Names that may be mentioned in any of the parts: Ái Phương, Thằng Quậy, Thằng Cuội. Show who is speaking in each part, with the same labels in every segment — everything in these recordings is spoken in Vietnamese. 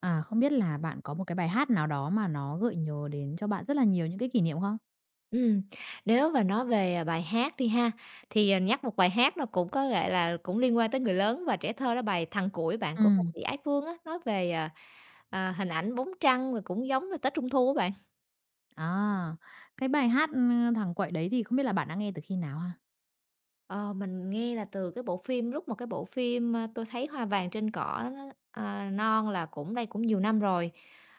Speaker 1: Không biết là bạn có một cái bài hát nào đó mà nó gợi nhớ đến cho bạn rất là nhiều những cái kỷ niệm không?
Speaker 2: Ừm, Nếu mà nói về, bài hát đi ha, thì, nhắc một bài hát nó cũng có, gọi là, cũng liên quan tới người lớn và trẻ thơ đó bài "Thằng Cuội" bạn của ca
Speaker 1: Ừm,
Speaker 2: sĩ Ái Phương á, nói về, hình ảnh bóng trăng và cũng giống là Tết Trung Thu á bạn.
Speaker 1: à, cái bài hát, "Thằng Quậy" đấy thì không biết là bạn đã nghe từ khi nào ha?
Speaker 2: Ờ, mình nghe là từ cái bộ phim lúc mà cái bộ phim, tôi thấy hoa vàng trên cỏ, non là cũng đây cũng nhiều năm rồi.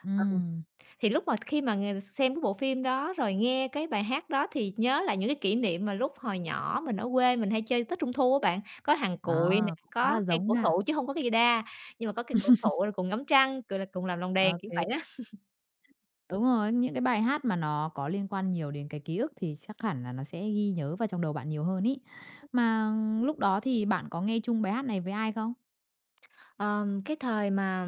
Speaker 1: Ừm,
Speaker 2: Thì lúc mà khi mà ng xem cái bộ phim đó, rồi nghe cái bài hát đó thì nhớ lại những cái kỷ niệm mà lúc hồi nhỏ mình ở quê mình hay chơi Tết Trung thu á bạn, có hàng cụi nè,
Speaker 1: à, Cũng khá
Speaker 2: có
Speaker 1: là
Speaker 2: cây
Speaker 1: giống
Speaker 2: cổ
Speaker 1: ha.
Speaker 2: thụ chứ không có cây đa, nhưng mà có cây cổ thụ rồi cùng ngắm trăng, gọi là, cùng làm lồng
Speaker 1: Ô
Speaker 2: đèn, kiểu
Speaker 1: kê,
Speaker 2: vậy đó.
Speaker 1: đúng rồi, những cái bài hát mà nó có liên quan nhiều đến cái ký ức thì chắc hẳn là nó sẽ ghi nhớ vào trong đầu bạn nhiều hơn ấy. Mà lúc đó thì bạn có nghe chung bài hát này với ai không?
Speaker 2: Cái thời mà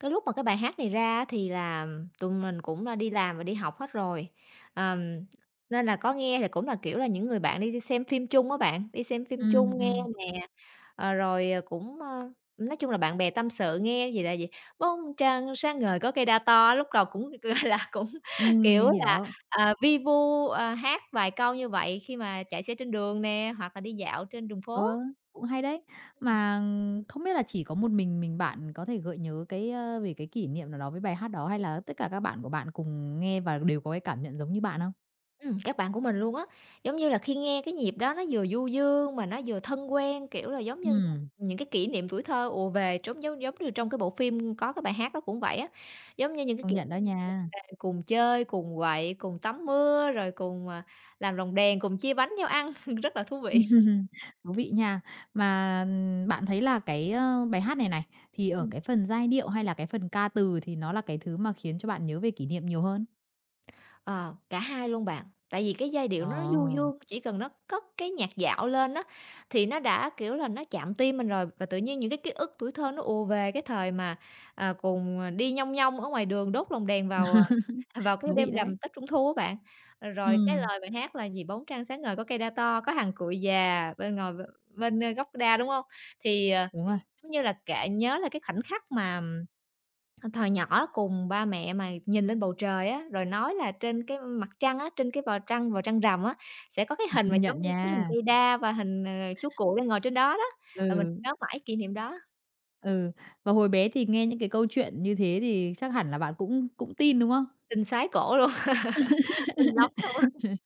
Speaker 2: cái lúc mà cái bài hát này ra á thì là tụi mình cũng đã đi làm và đi học hết rồi. Ờm, Nên là có nghe thì cũng là, kiểu là, những người bạn đi xem phim chung á bạn, đi xem phim
Speaker 1: Ừm,
Speaker 2: chung nghe
Speaker 1: ừm,
Speaker 2: nè, ờ, rồi, ờ, cũng, ơ, nói chung là bạn bè tâm sự nghe gì là gì, "Bông trăng sáng ngời có cây đa to", lúc đầu cũng, gọi là, cũng,
Speaker 1: ừm,
Speaker 2: kiểu
Speaker 1: mình
Speaker 2: là,
Speaker 1: hiểu.
Speaker 2: vi vu, hát vài câu như vậy khi mà chạy xe trên đường nè, hoặc là đi dạo trên đường phố.
Speaker 1: Ờ, cũng hay đấy. Mà không biết là chỉ có một mình bạn có thể gợi nhớ cái, về cái kỷ niệm nào đó với bài hát đó hay là tất cả các bạn của bạn cùng nghe và đều có cái cảm nhận giống như bạn không?
Speaker 2: Các bạn của mình luôn á. Giống như là khi nghe cái nhịp đó nó vừa du dương mà nó vừa thân quen, kiểu là, giống như
Speaker 1: Ừm,
Speaker 2: những cái kỷ niệm tuổi thơ ùa về trống giống giống như trong cái bộ phim có cái bài hát đó cũng vậy á. Giống như những cái
Speaker 1: công
Speaker 2: kỷ niệm
Speaker 1: nhận đó nha.
Speaker 2: là cùng chơi, cùng quậy, cùng tắm mưa, rồi cùng, làm lồng đèn, cùng chia bánh nhau ăn, rất là thú vị.
Speaker 1: Thú vị nha. Mà bạn thấy là cái, bài hát này này, thì ở cái phần giai điệu hay là cái phần ca từ thì nó là cái thứ mà khiến cho bạn nhớ về kỷ niệm nhiều hơn?
Speaker 2: Ờ, Cả hai luôn bạn. Tại vì cái giai điệu nó du
Speaker 1: Ờ,
Speaker 2: dương, chỉ cần nó cất cái nhạc dạo lên á, thì nó đã, kiểu là, nó chạm tim mình rồi, và tự nhiên những cái ký ức tuổi thơ nó ùa về cái thời mà, cùng, đi nhong nhong ở ngoài đường đốt lồng đèn vào, vào cái
Speaker 1: thú vị
Speaker 2: đêm
Speaker 1: đấy.
Speaker 2: rằm Tết Trung thu á bạn. Rồi cái
Speaker 1: Ừm,
Speaker 2: lời bài hát là gì, "Bóng trăng sáng ngời có cây đa to, có hàng cụi già bên ngồi bên, gốc đa", đúng không? Thì,
Speaker 1: đúng rồi,
Speaker 2: giống như là kệ nhớ là cái khoảnh khắc mà Ờ, thời nhỏ cùng ba mẹ mà nhìn lên bầu trời á, rồi nói là trên cái mặt trăng á, trên cái vào trăng rằm á, sẽ có cái hình mà
Speaker 1: công nhận
Speaker 2: giống như cái hình
Speaker 1: nha.
Speaker 2: cây đa và hình, chú cuội đang ngồi trên đó đó, và mình
Speaker 1: Ừ.
Speaker 2: nhớ mãi kỷ niệm đó,
Speaker 1: Ừ, và hồi bé thì nghe những cái câu chuyện như thế thì chắc hẳn là bạn cũng cũng tin, đúng không?
Speaker 2: tin sái cổ luôn, tin lắm luôn á.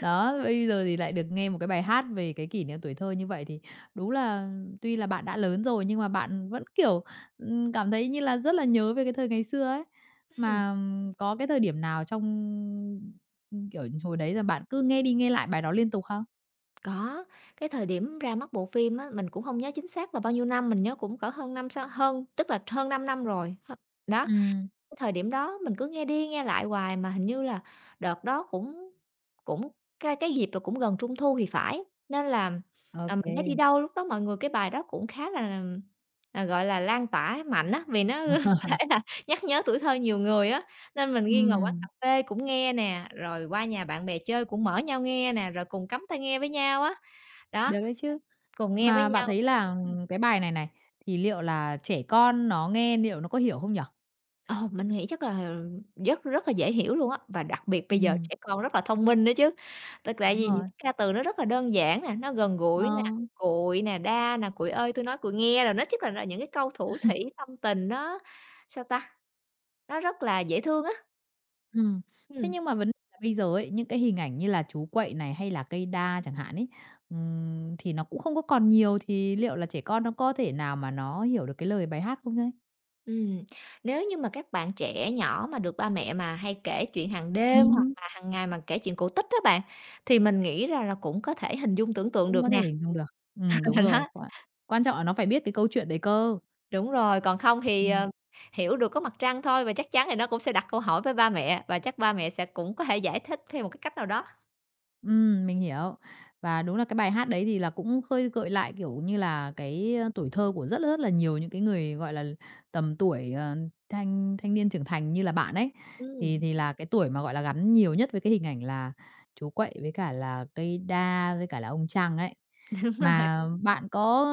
Speaker 1: Đó, bây giờ thì lại được nghe một cái bài hát về cái kỷ niệm tuổi thơ như vậy thì đúng là tuy là bạn đã lớn rồi nhưng mà bạn vẫn, kiểu, cảm thấy như là rất là nhớ về cái thời ngày xưa ấy.
Speaker 2: Ừm,
Speaker 1: Mà có cái thời điểm nào trong, kiểu, hồi đấy là bạn cứ nghe đi nghe lại bài đó liên tục không?
Speaker 2: có, cái thời điểm ra mắt bộ phim á, mình cũng không nhớ chính xác là bao nhiêu năm, mình nhớ cũng cỡ hơn năm sau hơn tức là hơn 5 năm rồi, đó.
Speaker 1: Ừ,
Speaker 2: Cái thời điểm đó mình cứ nghe đi nghe lại hoài mà hình như là đợt đó cũng cũng cái dịp là cũng gần Trung thu thì phải, nên là, mình thấy đi
Speaker 1: ok.
Speaker 2: đâu lúc đó mọi người cái bài đó cũng khá là, gọi là, lan tỏa mạnh á, vì nó có thể
Speaker 1: Kê,
Speaker 2: là nhắc nhớ tuổi thơ nhiều người á. Nên mình ghi ngồi quán cà phê cũng nghe nè, rồi qua nhà bạn bè chơi cũng mở nhau nghe nè, rồi cùng cắm tai nghe với nhau á. Đó,
Speaker 1: được đấy chứ.
Speaker 2: cùng nghe với
Speaker 1: Mà bạn
Speaker 2: nhau.
Speaker 1: thấy là cái bài này này, thì liệu là trẻ con nó nghe liệu nó có hiểu không nhỉ?
Speaker 2: Ờ, mình nghĩ chắc là rất rất là dễ hiểu luôn á, và đặc biệt bây giờ
Speaker 1: Ừm.
Speaker 2: trẻ con rất là thông minh nữa chứ. Tại
Speaker 1: Đúng
Speaker 2: vì những
Speaker 1: rồi,
Speaker 2: ca từ nó rất là đơn giản nè, nó gần
Speaker 1: ờ,
Speaker 2: gũi nè, "cụi" nè, "đa" nè, "cụi ơi tôi nói cụi nghe" rồi nó chắc là những cái câu thủ thỉ tâm tình nó, sao ta, nó rất là dễ thương á.
Speaker 1: ừm. Thế
Speaker 2: Ừm,
Speaker 1: nhưng mà vấn đề là bây giờ ấy, những cái hình ảnh như là chú quậy này hay là cây đa chẳng hạn ấy, thì nó cũng không có còn nhiều, thì liệu là trẻ con nó có thể nào mà nó hiểu được cái lời bài hát không đấy?
Speaker 2: ừm. Nếu như mà các bạn trẻ nhỏ mà được ba mẹ mà hay kể chuyện hàng đêm hoặc
Speaker 1: Ừm,
Speaker 2: là hàng ngày mà kể chuyện cổ tích đó bạn, thì mình nghĩ ra là cũng có thể hình dung tưởng tượng
Speaker 1: cũng
Speaker 2: được
Speaker 1: có thể
Speaker 2: nè.
Speaker 1: hình dung được. Đúng rồi,
Speaker 2: Đó.
Speaker 1: quan quan trọng là nó phải biết cái câu chuyện đấy cơ.
Speaker 2: Đúng rồi, còn không thì,
Speaker 1: Ừm.
Speaker 2: hiểu được có mặt trăng thôi và chắc chắn thì nó cũng sẽ đặt câu hỏi với ba mẹ và chắc ba mẹ sẽ cũng có thể giải thích theo một cái cách nào đó.
Speaker 1: Mình hiểu. Và đúng là cái bài hát đấy thì là cũng khơi gợi lại, kiểu như là, cái, tuổi thơ của rất rất là nhiều những cái người, gọi là, tầm tuổi, ờ, thanh thanh niên trưởng thành như là bạn ấy. Thì
Speaker 2: Ừm.
Speaker 1: thì là cái tuổi mà, gọi là, gắn nhiều nhất với cái hình ảnh là chú Quậy với cả là cây đa với cả là ông Trăng ấy.
Speaker 2: Đúng rồi.
Speaker 1: Mà bạn có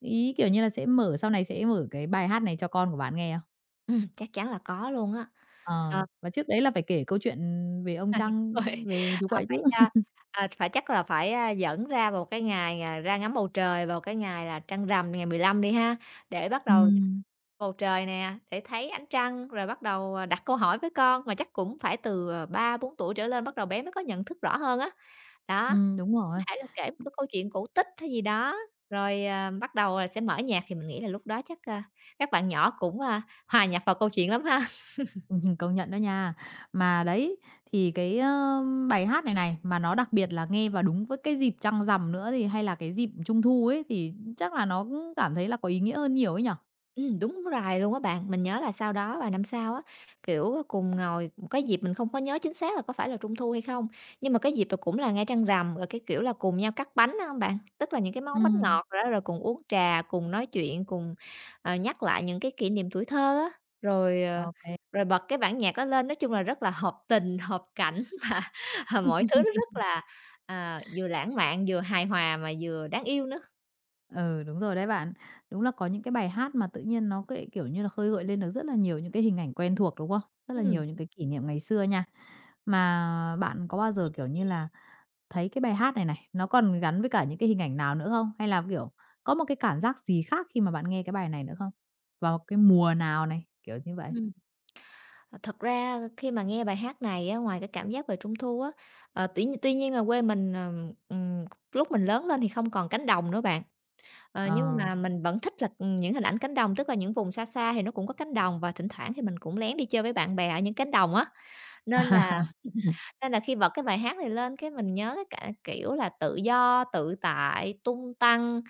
Speaker 1: ý, kiểu như là, sẽ mở sau này sẽ mở cái bài hát này cho con của bạn nghe không?
Speaker 2: Chắc chắn là có luôn á. Ờ,
Speaker 1: Ờ, và trước đấy là phải kể câu chuyện về ông Trăng,
Speaker 2: Đúng rồi.
Speaker 1: về chú
Speaker 2: Ờ,
Speaker 1: Quậy
Speaker 2: phải
Speaker 1: chứ.
Speaker 2: cho Phải chắc là phải, dẫn ra vào cái ngày, ra ngắm bầu trời vào cái ngày là trăng rằm ngày 15 đi ha, để bắt đầu
Speaker 1: Ừm.
Speaker 2: bầu trời nè, để thấy ánh trăng rồi bắt đầu, đặt câu hỏi với con, mà chắc cũng phải từ, 3 4 tuổi trở lên bắt đầu bé mới có nhận thức rõ hơn á. Đó.
Speaker 1: Đúng
Speaker 2: Có
Speaker 1: rồi.
Speaker 2: thể là kể một cái câu chuyện cổ tích hay gì đó, rồi, bắt đầu là sẽ mở nhạc thì mình nghĩ là lúc đó chắc, các bạn nhỏ cũng, hòa nhập vào câu chuyện lắm ha.
Speaker 1: Công nhận đó nha. Mà đấy, thì cái, bài hát này này, mà nó đặc biệt là nghe vào đúng với cái dịp trăng rằm nữa thì hay là cái dịp Trung thu ấy, thì chắc là nó cũng cảm thấy là có ý nghĩa hơn nhiều ấy nhỉ?
Speaker 2: Đúng rồi luôn á bạn. Mình nhớ là sau đó vài năm sau á, kiểu, cùng ngồi một cái dịp mình không có nhớ chính xác là có phải là Trung thu hay không, nhưng mà cái dịp đó cũng là ngay trăng rằm, rồi, cái kiểu là, cùng nhau cắt bánh, á hông bạn? Tức là những cái món bánh
Speaker 1: Ừm,
Speaker 2: ngọt rồi đó, rồi cùng uống trà, cùng nói chuyện, cùng, nhắc lại những cái kỷ niệm tuổi thơ á, rồi, ờ,
Speaker 1: OK.
Speaker 2: rồi bật cái bản nhạc đó lên. Nói chung là rất là hợp tình, hợp cảnh và, mọi thứ nó rất là, vừa lãng mạn, vừa hài hòa mà vừa đáng yêu nữa.
Speaker 1: Ừ, đúng rồi đấy bạn. Đúng là có những cái bài hát mà tự nhiên nó cái kiểu như là, khơi gợi lên được rất là nhiều những cái hình ảnh quen thuộc, đúng không? Rất là
Speaker 2: Ừm.
Speaker 1: nhiều những cái kỷ niệm ngày xưa nha. Mà bạn có bao giờ, kiểu như là, thấy cái bài hát này này, nó còn gắn với cả những cái hình ảnh nào nữa không? Hay là, kiểu, có một cái cảm giác gì khác khi mà bạn nghe cái bài này nữa không? Vào cái mùa nào này, kiểu như vậy?
Speaker 2: Ờ, Thật ra khi mà nghe bài hát này á, ngoài cái cảm giác về Trung thu á, tuy tuy nhiên là quê mình, ừm, lúc mình lớn lên thì không còn cánh đồng nữa bạn, nhưng
Speaker 1: Ờ.
Speaker 2: mà mình vẫn thích là, những hình ảnh cánh đồng, tức là những vùng xa xa thì nó cũng có cánh đồng và thỉnh thoảng thì mình cũng lén đi chơi với bạn bè ở những cánh đồng á. Nên là nên là khi bật cái bài hát này lên cái mình nhớ cái, cả- kiểu là, tự do, tự tại, tung tăng.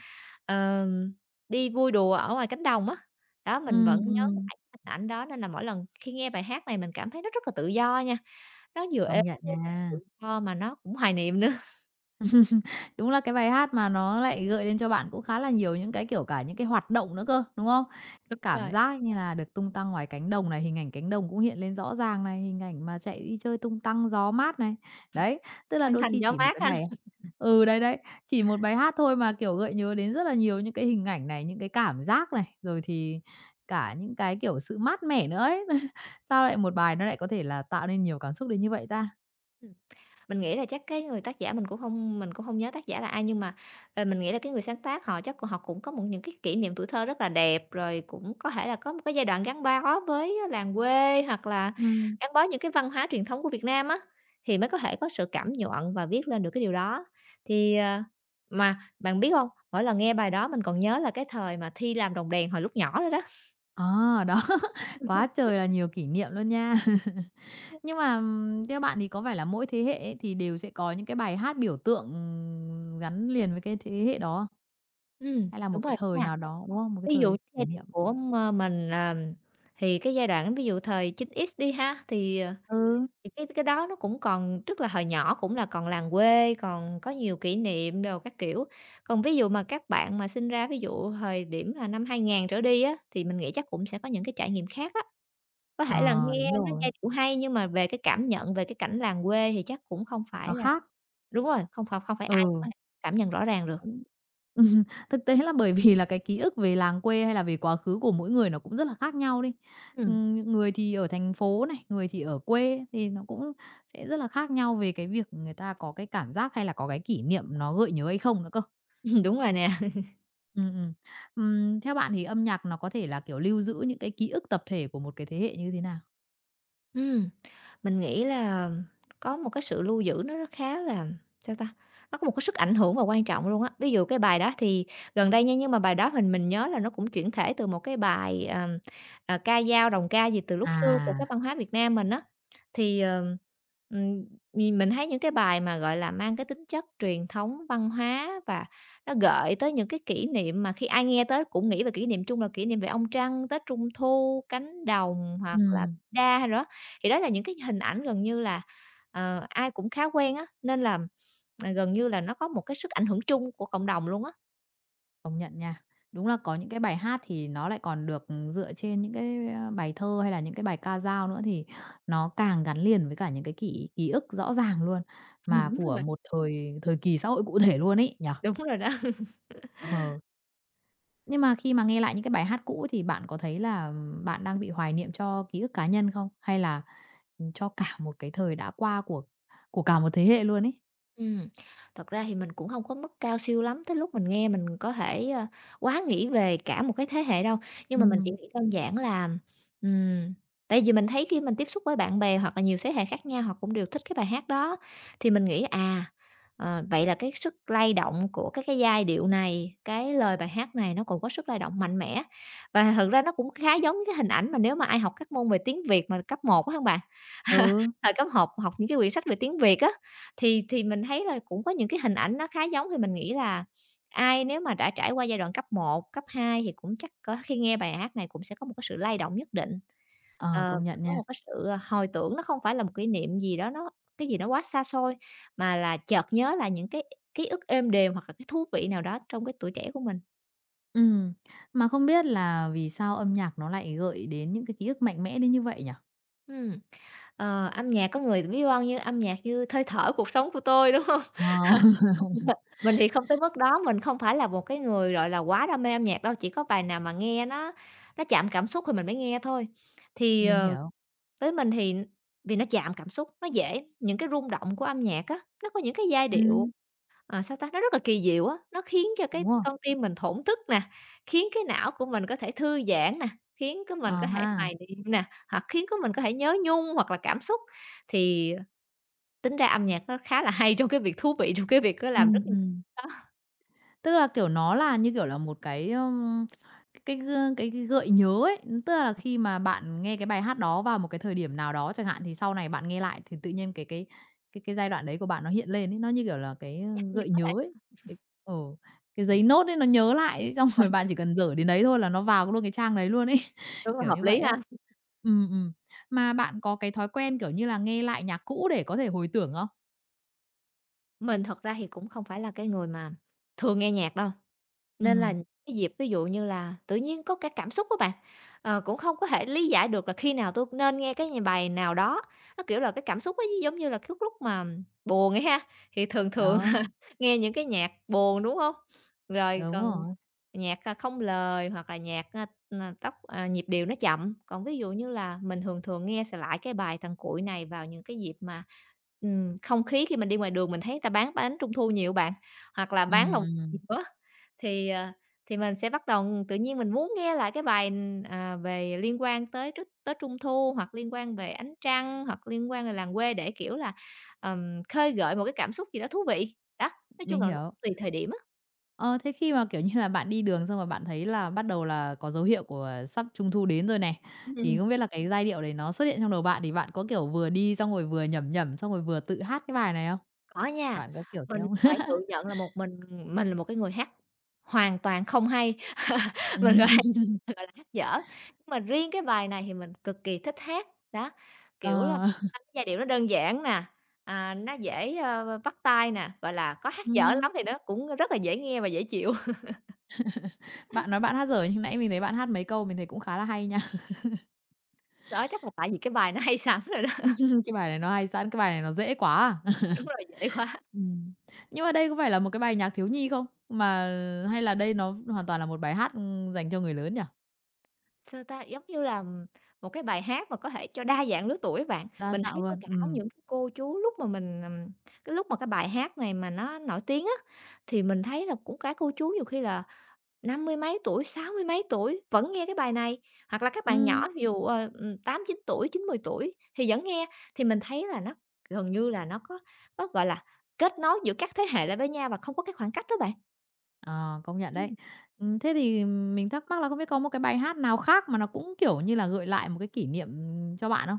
Speaker 2: Ờm, Đi vui đùa ở ngoài cánh đồng á, đó, mình
Speaker 1: Ừm,
Speaker 2: vẫn nhớ mãi
Speaker 1: ừm,
Speaker 2: cái hình ảnh đó nên là mỗi lần khi nghe bài hát này mình cảm thấy nó rất là tự do nha, nó vừa
Speaker 1: công
Speaker 2: êm,
Speaker 1: nhận
Speaker 2: nó tự
Speaker 1: nha.
Speaker 2: do mà nó cũng hoài niệm nữa.
Speaker 1: Đúng là cái bài hát mà nó lại gợi lên cho bạn cũng khá là nhiều những cái, kiểu, cả những cái hoạt động nữa cơ, đúng không? Cái
Speaker 2: Đúng
Speaker 1: cảm
Speaker 2: rồi,
Speaker 1: giác như là được tung tăng ngoài cánh đồng này, hình ảnh cánh đồng cũng hiện lên rõ ràng này, hình ảnh mà chạy đi chơi tung tăng gió mát này. Đấy, tức là
Speaker 2: "Trăng
Speaker 1: đôi
Speaker 2: thanh
Speaker 1: khi
Speaker 2: gió
Speaker 1: chỉ một
Speaker 2: mát"
Speaker 1: cái
Speaker 2: ha.
Speaker 1: bài ừ, đấy, chỉ một bài hát thôi mà, kiểu, gợi nhớ đến rất là nhiều những cái hình ảnh này, những cái cảm giác này, rồi thì cả những cái, kiểu, sự mát mẻ nữa ấy. Sao lại một bài nó lại có thể là tạo nên nhiều cảm xúc đến như vậy ta?
Speaker 2: Mình nghĩ là chắc cái người tác giả mình cũng không nhớ tác giả là ai, nhưng mà, mình nghĩ là cái người sáng tác họ chắc họ cũng có một những cái kỷ niệm tuổi thơ rất là đẹp, rồi cũng có thể là có một cái giai đoạn gắn bó với làng quê, hoặc là
Speaker 1: Ừm.
Speaker 2: gắn bó những cái văn hóa truyền thống của Việt Nam á, thì mới có thể có sự cảm nhoạng và viết lên được cái điều đó. Thì, mà bạn biết không mỗi lần nghe bài đó mình còn nhớ là cái thời mà thi làm đồng đèn hồi lúc nhỏ rồi đó.
Speaker 1: À, đó, quá trời là nhiều kỷ niệm luôn nha. Nhưng mà, theo bạn thì có phải là mỗi thế hệ ấy thì đều sẽ có những cái bài hát biểu tượng, gắn liền với cái thế hệ đó không? Hay là một
Speaker 2: Đúng rồi
Speaker 1: cái
Speaker 2: đó
Speaker 1: thời
Speaker 2: nha.
Speaker 1: nào đó, đúng không? Một cái
Speaker 2: Ví dụ
Speaker 1: thời
Speaker 2: giai
Speaker 1: kỷ
Speaker 2: đoạn
Speaker 1: niệm.
Speaker 2: của mình, thì cái giai đoạn ví dụ thời 9x đi ha, thì, ờ,
Speaker 1: Ừ,
Speaker 2: thì cái đó nó cũng còn tức là hồi nhỏ cũng là còn làng quê, còn có nhiều kỷ niệm đồ các kiểu. Còn ví dụ mà các bạn mà sinh ra ví dụ thời điểm là năm 2000 trở đi á, thì mình nghĩ chắc cũng sẽ có những cái trải nghiệm khác á. Có thể là
Speaker 1: ờ,
Speaker 2: nghe
Speaker 1: đúng
Speaker 2: nó
Speaker 1: rồi,
Speaker 2: giai điệu hay nhưng mà về cái cảm nhận, về cái cảnh làng quê thì chắc cũng không phải
Speaker 1: nó
Speaker 2: là
Speaker 1: khác.
Speaker 2: đúng rồi, không phải ai cũng có
Speaker 1: Ừ.
Speaker 2: thể cảm nhận rõ ràng được.
Speaker 1: Ừm. Ừm, thực tế là bởi vì là cái ký ức về làng quê hay là về quá khứ của mỗi người nó cũng rất là khác nhau đi.
Speaker 2: Ừm,
Speaker 1: Những người thì ở thành phố này, người thì ở quê thì nó cũng sẽ rất là khác nhau về cái việc người ta có cái cảm giác hay là có cái kỷ niệm nó gợi nhớ hay không nữa cơ.
Speaker 2: Đúng rồi nè.
Speaker 1: Ừm. Theo bạn thì âm nhạc nó có thể là, kiểu, lưu giữ những cái ký ức tập thể của một cái thế hệ như thế nào?
Speaker 2: Ừm, mình nghĩ là có một cái sự lưu giữ nó khá là sao ta? Nó có một cái sức ảnh hưởng và quan trọng luôn á. Ví dụ cái bài đó thì gần đây nha, nhưng mà bài đó mình nhớ là nó cũng chuyển thể từ một cái bài, ca dao, đồng ca gì từ lúc xưa của
Speaker 1: À,
Speaker 2: cái văn hóa Việt Nam mình á. Thì, ờ, ừm, nh Mình thấy những cái bài mà, gọi là, mang cái tính chất truyền thống, văn hóa và nó gợi tới những cái kỷ niệm mà khi ai nghe tới cũng nghĩ về kỷ niệm chung là kỷ niệm về ông Trăng, Tết Trung Thu, cánh đồng hoặc là
Speaker 1: ừm.
Speaker 2: đa hay đó, thì đó là những cái hình ảnh gần như là, ai cũng khá quen á, nên là, gần như là nó có một cái sức ảnh hưởng chung của cộng đồng luôn á.
Speaker 1: Công nhận nha. Đúng là có những cái bài hát thì nó lại còn được, ừ, dựa trên những cái, bài thơ hay là những cái bài ca dao nữa thì nó càng gắn liền với cả những cái kỷ ký ức rõ ràng luôn, mà của một thời thời kỳ xã hội cụ thể luôn ấy, nhở
Speaker 2: Đúng rồi đó.
Speaker 1: Ờ. Nhưng mà khi mà nghe lại những cái bài hát cũ thì bạn có thấy là bạn đang bị hoài niệm cho ký ức cá nhân không? Hay là, ừ, cho cả một cái thời đã qua của cả một thế hệ luôn ấy?
Speaker 2: Ừm, Thật ra thì mình cũng không có mức cao siêu lắm tới lúc mình nghe mình có thể, quá nghĩ về cả một cái thế hệ đâu, nhưng mà mình chỉ
Speaker 1: Ừm.
Speaker 2: nghĩ đơn giản là, ừm, tại vì mình thấy khi mình tiếp xúc với bạn bè hoặc là nhiều thế hệ khác nhau họ cũng đều thích cái bài hát đó, thì mình nghĩ, vậy là cái sức lay động của cái giai điệu này, cái lời bài hát này nó còn có sức lay động mạnh mẽ. Và thật ra nó cũng khá giống với cái hình ảnh mà nếu mà ai học các môn về tiếng Việt mà cấp một á hông bạn,
Speaker 1: Ừ,
Speaker 2: thời cấp học học những cái quyển sách về tiếng Việt á, thì mình thấy là cũng có những cái hình ảnh nó khá giống, thì mình nghĩ là ai nếu mà đã trải qua giai đoạn cấp một cấp 2 thì cũng chắc có khi nghe bài hát này cũng sẽ có một cái sự lay động nhất định,
Speaker 1: ờ,
Speaker 2: ờ,
Speaker 1: công nhận
Speaker 2: có
Speaker 1: nha.
Speaker 2: một cái sự hồi tưởng nó không phải là một kỷ niệm gì đó nó cái gì đó quá xa xôi, mà là chợt nhớ là những cái ký ức êm đềm hoặc là cái thú vị nào đó trong cái tuổi trẻ của mình.
Speaker 1: Ừm, mà không biết là vì sao âm nhạc nó lại gợi đến những cái ký ức mạnh mẽ đến như vậy nhỉ?
Speaker 2: Ừm, Âm nhạc có người ví von như "Âm nhạc như hơi thở cuộc sống của tôi", đúng không?
Speaker 1: Ờ.
Speaker 2: Mình thì không tới mức đó, mình không phải là một cái người, gọi là, quá đam mê âm nhạc đâu, chỉ có bài nào mà nghe nó chạm cảm xúc thì mình mới nghe thôi. Thì,
Speaker 1: Mình
Speaker 2: ờ,
Speaker 1: hiểu.
Speaker 2: với mình thì vì nó chạm cảm xúc, nó dễ những cái rung động của âm nhạc á, nó có những cái giai điệu,
Speaker 1: Ừm,
Speaker 2: sao ta, nó rất là kỳ diệu á, nó khiến cho cái
Speaker 1: đúng rồi.
Speaker 2: con tim mình thổn thức nè, khiến cái não của mình có thể thư giãn nè, khiến cái mình có
Speaker 1: Ờ
Speaker 2: thể
Speaker 1: ha.
Speaker 2: hoài niệm nè, hoặc khiến cái mình có thể nhớ nhung hoặc là cảm xúc. Thì tính ra âm nhạc nó khá là hay trong cái việc thú vị, trong cái việc nó làm rất
Speaker 1: Ừm,
Speaker 2: nhiều
Speaker 1: ừm.
Speaker 2: đó,
Speaker 1: Tức là, kiểu, nó là, như kiểu là, một cái, cái gơ cái gợi nhớ ấy. Tức là khi mà bạn nghe cái bài hát đó vào một cái thời điểm nào đó chẳng hạn, thì sau này bạn nghe lại thì tự nhiên cái giai đoạn đấy của bạn nó hiện lên ấy, nó như kiểu là cái,
Speaker 2: nhắc nhớ
Speaker 1: gợi nhớ
Speaker 2: lại.
Speaker 1: ấy. Cái ừ, cái giấy nốt ấy nó nhớ lại ấy, xong rồi bạn
Speaker 2: Ờ,
Speaker 1: chỉ cần dở đến đấy thôi là nó vào luôn cái trang đấy luôn ấy,
Speaker 2: đúng rồi,
Speaker 1: kiểu
Speaker 2: hợp
Speaker 1: như
Speaker 2: lý
Speaker 1: vậy á.
Speaker 2: ha.
Speaker 1: Ừm. Mà bạn có cái thói quen, kiểu như là, nghe lại nhạc cũ để có thể hồi tưởng không?
Speaker 2: Mình thật ra thì cũng không phải là cái người mà thường nghe nhạc đâu, nên là
Speaker 1: Ừ
Speaker 2: cái dịp ví dụ như là tự nhiên có cả cảm xúc của bạn, cũng không có thể lý giải được là khi nào tôi nên nghe cái nhà bài nào đó. Nó, kiểu là, cái cảm xúc ấy giống như là cái lúc mà buồn ấy ha, thì thường thường
Speaker 1: đó,
Speaker 2: nghe những cái nhạc buồn, đúng không? Rồi
Speaker 1: đúng
Speaker 2: còn
Speaker 1: rồi.
Speaker 2: nhạc, không lời hoặc là nhạc, tốc à, nhịp điệu nó chậm. Còn ví dụ như là mình thường thường nghe s lại cái bài Thằng Cuội này vào những cái dịp mà, không khí khi mình đi ngoài đường mình thấy người ta bán bánh Trung thu nhiều bạn, hoặc là
Speaker 1: Ừ
Speaker 2: bán lồng
Speaker 1: ừm,
Speaker 2: nữa thì, mình sẽ bắt đầu tự nhiên mình muốn nghe lại cái bài, về liên quan tới tr Tết Trung thu, hoặc liên quan về ánh trăng, hoặc liên quan về làng quê để, kiểu là, khơi gợi một cái cảm xúc gì đó thú vị. Đó, nói chung
Speaker 1: mình
Speaker 2: là nó
Speaker 1: hiểu.
Speaker 2: cũng tùy thời điểm á.
Speaker 1: Ờ, thế khi mà, kiểu như là, bạn đi đường xong rồi bạn thấy là bắt đầu là có dấu hiệu của sắp Trung thu đến rồi này, thì không biết là cái giai điệu đấy nó xuất hiện trong đầu bạn thì bạn có, kiểu, vừa đi xong rồi vừa nhẩm nhẩm, xong rồi vừa tự hát cái bài này không?
Speaker 2: Có nha,
Speaker 1: Bạn có kiểu thế
Speaker 2: mình
Speaker 1: không?
Speaker 2: phải tự nhận là một mình là một cái người hát hoàn toàn không hay. Mình
Speaker 1: Ừm.
Speaker 2: là dở, nhưng mà riêng cái bài này thì mình cực kỳ thích hát, đó, kiểu là,
Speaker 1: Ờ,
Speaker 2: giai điệu nó đơn giản nè, nó dễ, bắt tai nè, gọi là, có hát dở lắm
Speaker 1: ừm,
Speaker 2: thì nó cũng rất là dễ nghe và dễ chịu.
Speaker 1: bạn nói bạn hát dở nhưng nãy mình thấy bạn hát mấy câu mình thấy cũng khá là hay nha.
Speaker 2: Đó, chắc là tại vì cái bài nó hay sẵn rồi đó.
Speaker 1: Cái bài này nó hay sẵn, cái bài này nó dễ quá à.
Speaker 2: Đúng rồi, dễ quá.
Speaker 1: Ừm, nhưng mà đây có phải là một cái bài nhạc thiếu nhi không? Mà hay là đây nó hoàn toàn là một bài hát, dành cho người lớn nhỉ?
Speaker 2: Sao ta, giống như là một cái bài hát mà có thể cho đa dạng lứa tuổi bạn.
Speaker 1: Đa
Speaker 2: Mình
Speaker 1: dạng
Speaker 2: thấy có
Speaker 1: luôn,
Speaker 2: cả
Speaker 1: ừ.
Speaker 2: những cái cô chú lúc mà mình, cái lúc mà cái bài hát này mà nó nổi tiếng á, thì mình thấy là cũng cả cô chú nhiều khi là 50 mấy tuổi, 60 mấy tuổi vẫn nghe cái bài này, hoặc là các bạn nhỏ ví dụ, 8, 9 tuổi, 9, 10 tuổi thì vẫn nghe. Thì mình thấy là nó gần như là nó có gọi là, kết nối giữa các thế hệ lại với nhau và không có cái khoảng cách đó bạn.
Speaker 1: Ờ, công nhận đấy.
Speaker 2: Ừm.
Speaker 1: Thế thì mình thắc mắc là không biết có một cái bài hát nào khác mà nó cũng, kiểu như là, gợi lại một cái kỷ niệm, cho bạn không?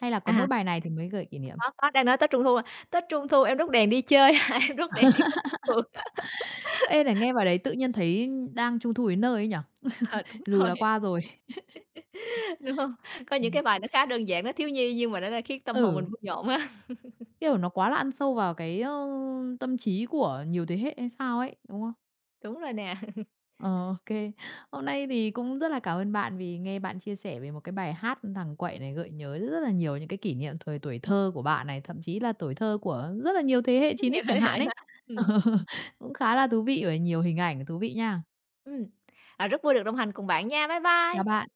Speaker 1: Hay là có
Speaker 2: À,
Speaker 1: mỗi bài này thì mới gợi kỷ niệm?
Speaker 2: có, đang nói Tết Trung thu à, Tết Trung thu em đốt đèn đi chơi, em đốt đèn đi khắp phố phường,
Speaker 1: Ê, này nghe bài đấy tự nhiên thấy đang Trung thu đến nơi ấy nhỉ?
Speaker 2: đúng
Speaker 1: Dù là
Speaker 2: rồi,
Speaker 1: qua rồi.
Speaker 2: đúng không? Có những
Speaker 1: Ừm.
Speaker 2: cái bài nó khá đơn giản, nó thiếu nhi nhưng mà nó đã khiến tâm hồn mình
Speaker 1: Ừ,
Speaker 2: vui nhộn á.
Speaker 1: kiểu, nó quá là ăn sâu vào cái, tâm trí của nhiều thế hệ hay sao ấy, đúng không?
Speaker 2: Đúng rồi nè,
Speaker 1: Ờ, ô Hôm nay thì cũng rất là cảm ơn bạn vì nghe bạn chia sẻ về một cái bài hát "Thằng Quậy" này gợi nhớ rất là nhiều những cái kỷ niệm thời tuổi thơ của bạn này, thậm chí là tuổi thơ của rất là nhiều thế hệ
Speaker 2: rất
Speaker 1: chín
Speaker 2: nhiều
Speaker 1: x
Speaker 2: thế
Speaker 1: chẳng hạn
Speaker 2: hệ
Speaker 1: ấy.
Speaker 2: ha. Ừm,
Speaker 1: Cũng khá là thú vị và nhiều hình ảnh thú vị nha.
Speaker 2: ừm, Rất vui được đồng hành cùng bạn nha. Bye
Speaker 1: Chào
Speaker 2: bye.
Speaker 1: bạn.